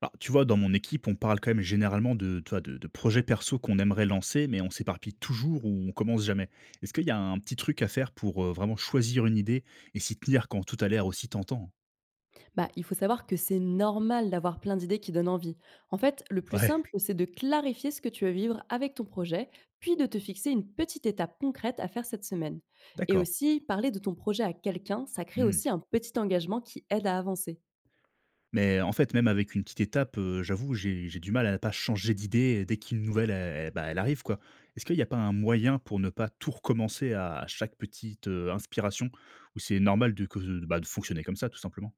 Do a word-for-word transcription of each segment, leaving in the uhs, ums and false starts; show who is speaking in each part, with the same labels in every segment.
Speaker 1: Alors, tu vois, dans mon équipe, on parle quand même généralement de, tu vois, de, de projets perso qu'on aimerait lancer, mais on s'éparpille toujours ou on commence jamais. Est-ce qu'il y a un petit truc à faire pour euh, vraiment choisir une idée et s'y tenir quand tout a l'air aussi tentant?
Speaker 2: Bah, il faut savoir que c'est normal d'avoir plein d'idées qui donnent envie. En fait, le plus
Speaker 1: Ouais,
Speaker 2: simple, c'est de clarifier ce que tu veux vivre avec ton projet, puis de te fixer une petite étape concrète à faire cette semaine. Et
Speaker 1: d'accord.
Speaker 2: aussi, parler de ton projet à quelqu'un, ça crée
Speaker 1: Hmm.
Speaker 2: aussi un petit engagement qui aide à avancer.
Speaker 1: Mais en fait, même avec une petite étape, euh, j'avoue, j'ai j'ai du mal à ne pas changer d'idée dès qu'une nouvelle, elle, bah, elle arrive. quoi. Est-ce qu'il n'y a pas un moyen pour ne pas tout recommencer à chaque petite euh, inspiration, ou c'est normal de, que- bah, de fonctionner comme ça, tout simplement?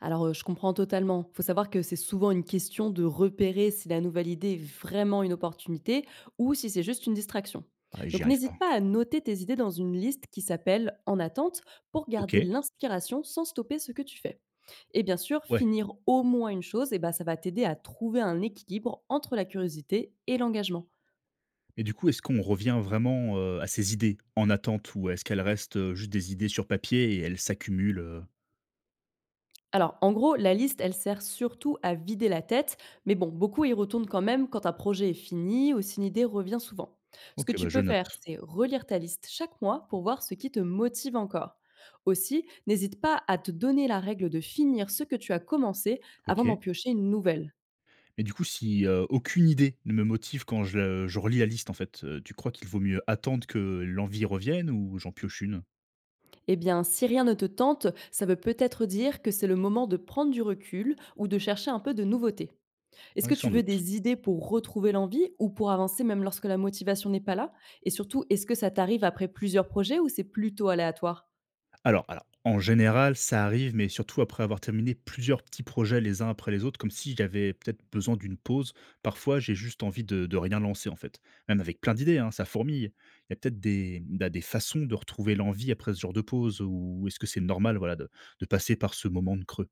Speaker 2: Alors, heu, je comprends totalement. Il faut savoir que c'est souvent une question de repérer si la nouvelle idée est vraiment une opportunité ou si c'est juste une distraction.
Speaker 1: Ah, j'y
Speaker 2: Donc
Speaker 1: arrive pas.
Speaker 2: n'hésite pas à noter tes idées dans une liste qui s'appelle «En attente» pour
Speaker 1: Ok,
Speaker 2: garder l'inspiration sans stopper ce que tu fais. Et bien sûr,
Speaker 1: ouais.
Speaker 2: finir au moins une chose, et ben, ça va t'aider à trouver un équilibre entre la curiosité et l'engagement.
Speaker 1: Et du coup, est-ce qu'on revient vraiment, heu, à ces idées en attente ou est-ce qu'elles restent, heu, juste des idées sur papier et elles s'accumulent, heu?
Speaker 2: Alors, en gros, la liste, elle sert surtout à vider la tête, mais bon, beaucoup y retournent quand même quand un projet est fini ou si une idée revient souvent. Ce que
Speaker 1: OK, bah,
Speaker 2: tu
Speaker 1: je
Speaker 2: peux faire,
Speaker 1: note.
Speaker 2: c'est relire ta liste chaque mois pour voir ce qui te motive encore. Aussi, n'hésite pas à te donner la règle de finir ce que tu as commencé avant d'en
Speaker 1: OK.
Speaker 2: piocher une nouvelle.
Speaker 1: Mais du coup, si, heu, aucune idée ne me motive quand je le je relis la liste, en fait, heu, tu crois qu'il vaut mieux attendre que l'envie revienne ou j'en pioche une?
Speaker 2: Eh bien, si rien ne te tente, ça veut peut-être dire que c'est le moment de prendre du recul ou de chercher un peu de nouveauté. Est-ce
Speaker 1: Ouais,
Speaker 2: que tu
Speaker 1: sans
Speaker 2: veux
Speaker 1: doute.
Speaker 2: des idées pour retrouver l'envie ou pour avancer même lorsque la motivation n'est pas là? Et surtout, est-ce que ça t'arrive après plusieurs projets ou c'est plutôt aléatoire?
Speaker 1: Alors alors, en général, ça arrive, mais surtout après avoir terminé plusieurs petits projets les uns après les autres, comme si j'avais peut-être besoin d'une pause. Parfois, j'ai juste envie de de rien lancer, en fait. Même avec plein d'idées, hein, ça fourmille. Il y a peut-être des bah, des façons de retrouver l'envie après ce genre de pause ou est-ce que c'est normal, voilà, de de passer par ce moment de creux?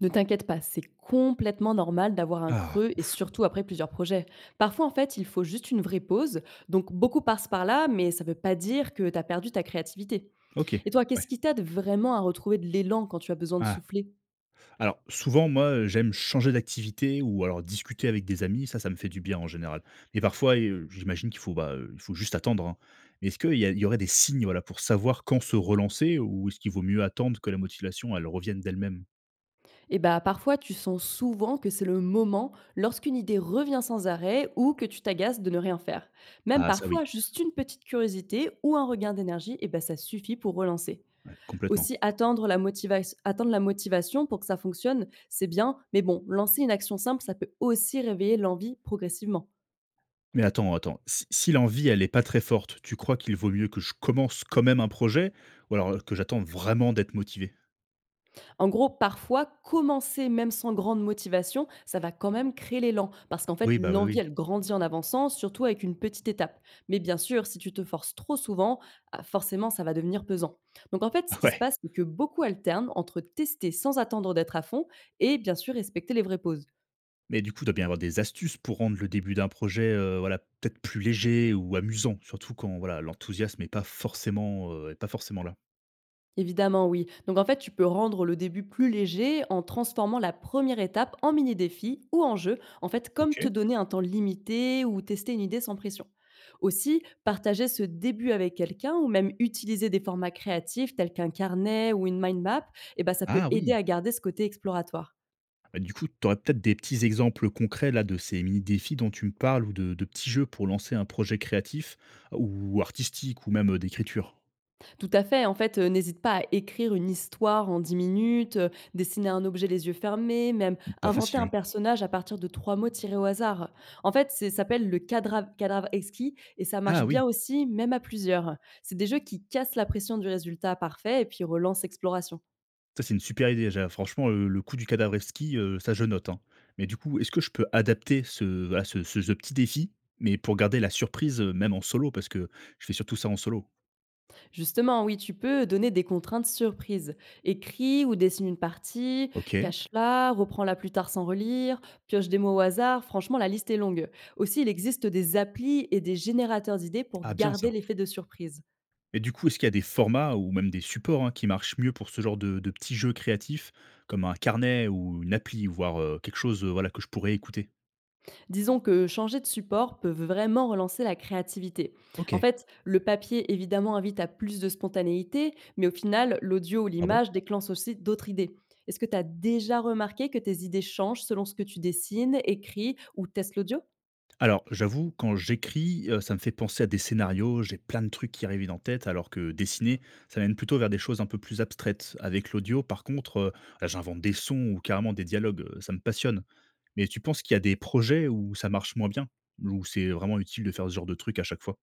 Speaker 2: Ne t'inquiète pas, c'est complètement normal d'avoir un
Speaker 1: Ah,
Speaker 2: creux et
Speaker 1: ouf,
Speaker 2: surtout après plusieurs projets. Parfois, en fait, il faut juste une vraie pause. Donc, beaucoup passent par là, mais ça ne veut pas dire que tu as perdu ta créativité.
Speaker 1: OK,
Speaker 2: Et toi,
Speaker 1: ouais.
Speaker 2: qu'est-ce qui t'aide vraiment à retrouver de l'élan quand tu as besoin de
Speaker 1: Ah.
Speaker 2: souffler?
Speaker 1: Alors, souvent, moi, j'aime changer d'activité ou alors discuter avec des amis, ça, ça me fait du bien en général. Mais parfois et j'imagine qu'il faut, bah, heu, il faut juste attendre, hein. Est-ce qu'il y a il y aurait des signes, voilà, pour savoir quand se relancer ou est-ce qu'il vaut mieux attendre que la motivation, elle revienne d'elle-même?
Speaker 2: Et bah, parfois, tu sens souvent que c'est le moment lorsqu'une idée revient sans arrêt ou que tu t'agaces de ne rien faire. Même
Speaker 1: Ah ça
Speaker 2: parfois,
Speaker 1: oui,
Speaker 2: juste une petite curiosité ou un regain d'énergie, et bah, ça suffit pour relancer.
Speaker 1: ouais, complètement.
Speaker 2: Aussi, attendre la, motiva- attendre la motivation pour que ça fonctionne, c'est bien, mais bon, lancer une action simple, ça peut aussi réveiller l'envie progressivement.
Speaker 1: Mais attends, attends, si si l'envie, elle est pas très forte, tu crois qu'il vaut mieux que je commence quand même un projet ou alors, que j'attende vraiment d'être motivé?
Speaker 2: En gros, parfois, commencer même sans grande motivation, ça va quand même créer l'élan parce qu'en fait,
Speaker 1: Oui, bah, oui,
Speaker 2: l'envie,
Speaker 1: oui.
Speaker 2: elle grandit en avançant, surtout avec une petite étape. Mais bien sûr, si tu te forces trop souvent, ah, forcément, ça va devenir pesant. Donc en fait, ce qui se
Speaker 1: Ouais.
Speaker 2: passe, c'est que beaucoup alternent entre tester sans attendre d'être à fond et bien sûr respecter les vraies pauses.
Speaker 1: Mais du coup, tu dois bien avoir des astuces pour rendre le début d'un projet, heu, voilà, peut-être plus léger ou amusant, surtout quand, voilà, l'enthousiasme est pas forcément, heu, est pas forcément là.
Speaker 2: Évidemment, oui. Donc en fait, tu peux rendre le début plus léger en transformant la première étape en mini-défi ou en jeu, en fait, comme te
Speaker 1: OK.
Speaker 2: donner un temps limité ou tester une idée sans pression. Aussi, partager ce début avec quelqu'un ou même utiliser des formats créatifs tels qu'un carnet ou une mind map, eh ben, ça peut
Speaker 1: Ah
Speaker 2: aider
Speaker 1: oui!
Speaker 2: à garder ce côté exploratoire.
Speaker 1: Bah, du coup, tu aurais peut-être des petits exemples concrets, là, de ces mini défis dont tu me parles ou de de petits jeux pour lancer un projet créatif ou artistique ou même, heu, d'écriture?
Speaker 2: Tout à fait. En fait, heu, n'hésite pas à écrire une histoire en dix minutes, heu, dessiner un objet les yeux fermés, même
Speaker 1: Ou pas
Speaker 2: inventer
Speaker 1: facile,
Speaker 2: un
Speaker 1: hein.
Speaker 2: personnage à partir de trois mots tirés au hasard. En fait, c'est ça s'appelle le cadra cadavre exquis et ça marche
Speaker 1: Ah
Speaker 2: bien
Speaker 1: oui!
Speaker 2: aussi, même à plusieurs. C'est des jeux qui cassent la pression du résultat parfait et puis relancent l'exploration.
Speaker 1: Ça, c'est une super idée déjà. Franchement, heu, le coup du Kadavrevski, heu, ça je note, hein. Mais du coup, est-ce que je peux adapter ce voilà, ce ce ce petit défi, mais pour garder la surprise, heu, même en solo? Parce que je fais surtout ça en solo.
Speaker 2: Justement, oui, tu peux donner des contraintes surprises. Écris ou dessine une partie,
Speaker 1: OK.
Speaker 2: cache-la, reprends-la plus tard sans relire, pioche des mots au hasard. Franchement, la liste est longue. Aussi, il existe des applis et des générateurs d'idées pour
Speaker 1: Ah bien ça.
Speaker 2: garder l'effet de surprise.
Speaker 1: Et du coup, est-ce qu'il y a des formats ou même des supports, hein, qui marchent mieux pour ce genre de de petits jeux créatifs, comme un carnet ou une appli, voire, heu, quelque chose, heu, voilà, que je pourrais écouter?
Speaker 2: Disons que changer de support peut vraiment relancer la créativité. En
Speaker 1: OK.
Speaker 2: fait, le papier, évidemment, invite à plus de spontanéité, mais au final, l'audio ou
Speaker 1: Ah bon?
Speaker 2: l'image déclenche aussi d'autres idées. Est-ce que tu as déjà remarqué que tes idées changent selon ce que tu dessines, écris ou testes l'audio?
Speaker 1: Alors, j'avoue, quand j'écris, heu, ça me fait penser à des scénarios, j'ai plein de trucs qui arrivent en tête, alors que dessiner, ça mène plutôt vers des choses un peu plus abstraites. Avec l'audio, par contre, heu, là, j'invente des sons ou carrément des dialogues, heu, ça me passionne. Mais tu penses qu'il y a des projets où ça marche moins bien? Où c'est vraiment utile de faire ce genre de truc à chaque fois?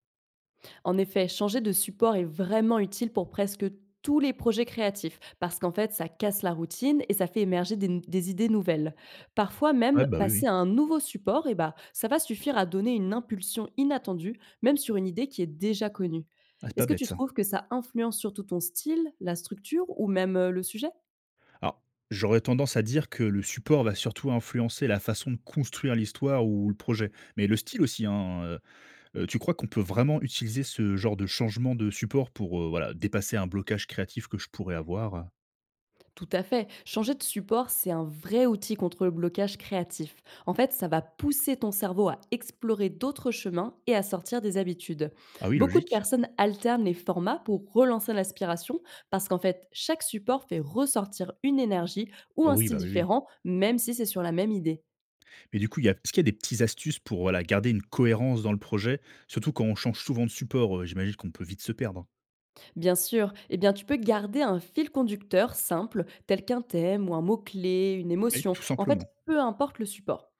Speaker 2: En effet, changer de support est vraiment utile pour presque tous les projets créatifs, parce qu'en fait, ça casse la routine et ça fait émerger des, des idées nouvelles. Parfois
Speaker 1: Ouais,
Speaker 2: même,
Speaker 1: bah, oui,
Speaker 2: passer
Speaker 1: oui.
Speaker 2: à un nouveau support, eh ben, ça va suffire à donner une impulsion inattendue, même sur une idée qui est déjà connue.
Speaker 1: Ah, c'est pas
Speaker 2: Est-ce que
Speaker 1: bête
Speaker 2: tu
Speaker 1: ça.
Speaker 2: trouves que ça influence surtout ton style, la structure ou même euh, le sujet?
Speaker 1: Alors, j'aurais tendance à dire que le support va surtout influencer la façon de construire l'histoire ou le projet, mais le style aussi, hein. Heu, tu crois qu'on peut vraiment utiliser ce genre de changement de support pour, heu, voilà, dépasser un blocage créatif que je pourrais avoir?
Speaker 2: Tout à fait. Changer de support, c'est un vrai outil contre le blocage créatif. En fait, ça va pousser ton cerveau à explorer d'autres chemins et à sortir des habitudes.
Speaker 1: Ah oui,
Speaker 2: Beaucoup de
Speaker 1: logique.
Speaker 2: personnes alternent les formats pour relancer l'aspiration parce qu'en fait, chaque support fait ressortir une énergie ou
Speaker 1: Ah
Speaker 2: un
Speaker 1: oui,
Speaker 2: style
Speaker 1: bah, oui, oui.
Speaker 2: différent, même si c'est sur la même idée.
Speaker 1: Mais du coup, il y a est-ce qu'il y a des petites astuces pour, voilà, garder une cohérence dans le projet? Surtout quand on change souvent de support, heu, j'imagine qu'on peut vite se perdre.
Speaker 2: Bien sûr, eh bien, tu peux garder un fil conducteur simple, tel qu'un thème ou un mot-clé, une
Speaker 1: Oui.
Speaker 2: émotion.
Speaker 1: Tout
Speaker 2: En fait,
Speaker 1: simplement.
Speaker 2: peu importe le support.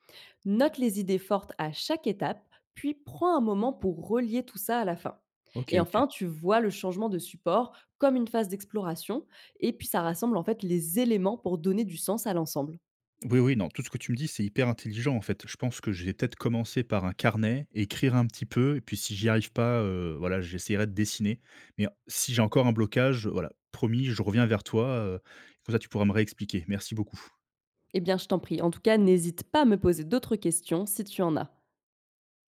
Speaker 2: Note les idées fortes à chaque étape, puis prends un moment pour relier tout ça à la fin.
Speaker 1: OK,
Speaker 2: Et
Speaker 1: OK.
Speaker 2: enfin, tu vois le changement de support comme une phase d'exploration, et puis ça rassemble en fait les éléments pour donner du sens à l'ensemble.
Speaker 1: Oui, oui, non, tout ce que tu me dis, c'est hyper intelligent en fait. Je pense que je vais peut-être commencer par un carnet, écrire un petit peu, et puis si j'y arrive pas, heu, voilà, j'essaierai de dessiner. Mais si j'ai encore un blocage, voilà, promis, je reviens vers toi, heu, comme ça tu pourras me réexpliquer. Merci beaucoup.
Speaker 2: Eh bien, je t'en prie. En tout cas, n'hésite pas à me poser d'autres questions si tu en as.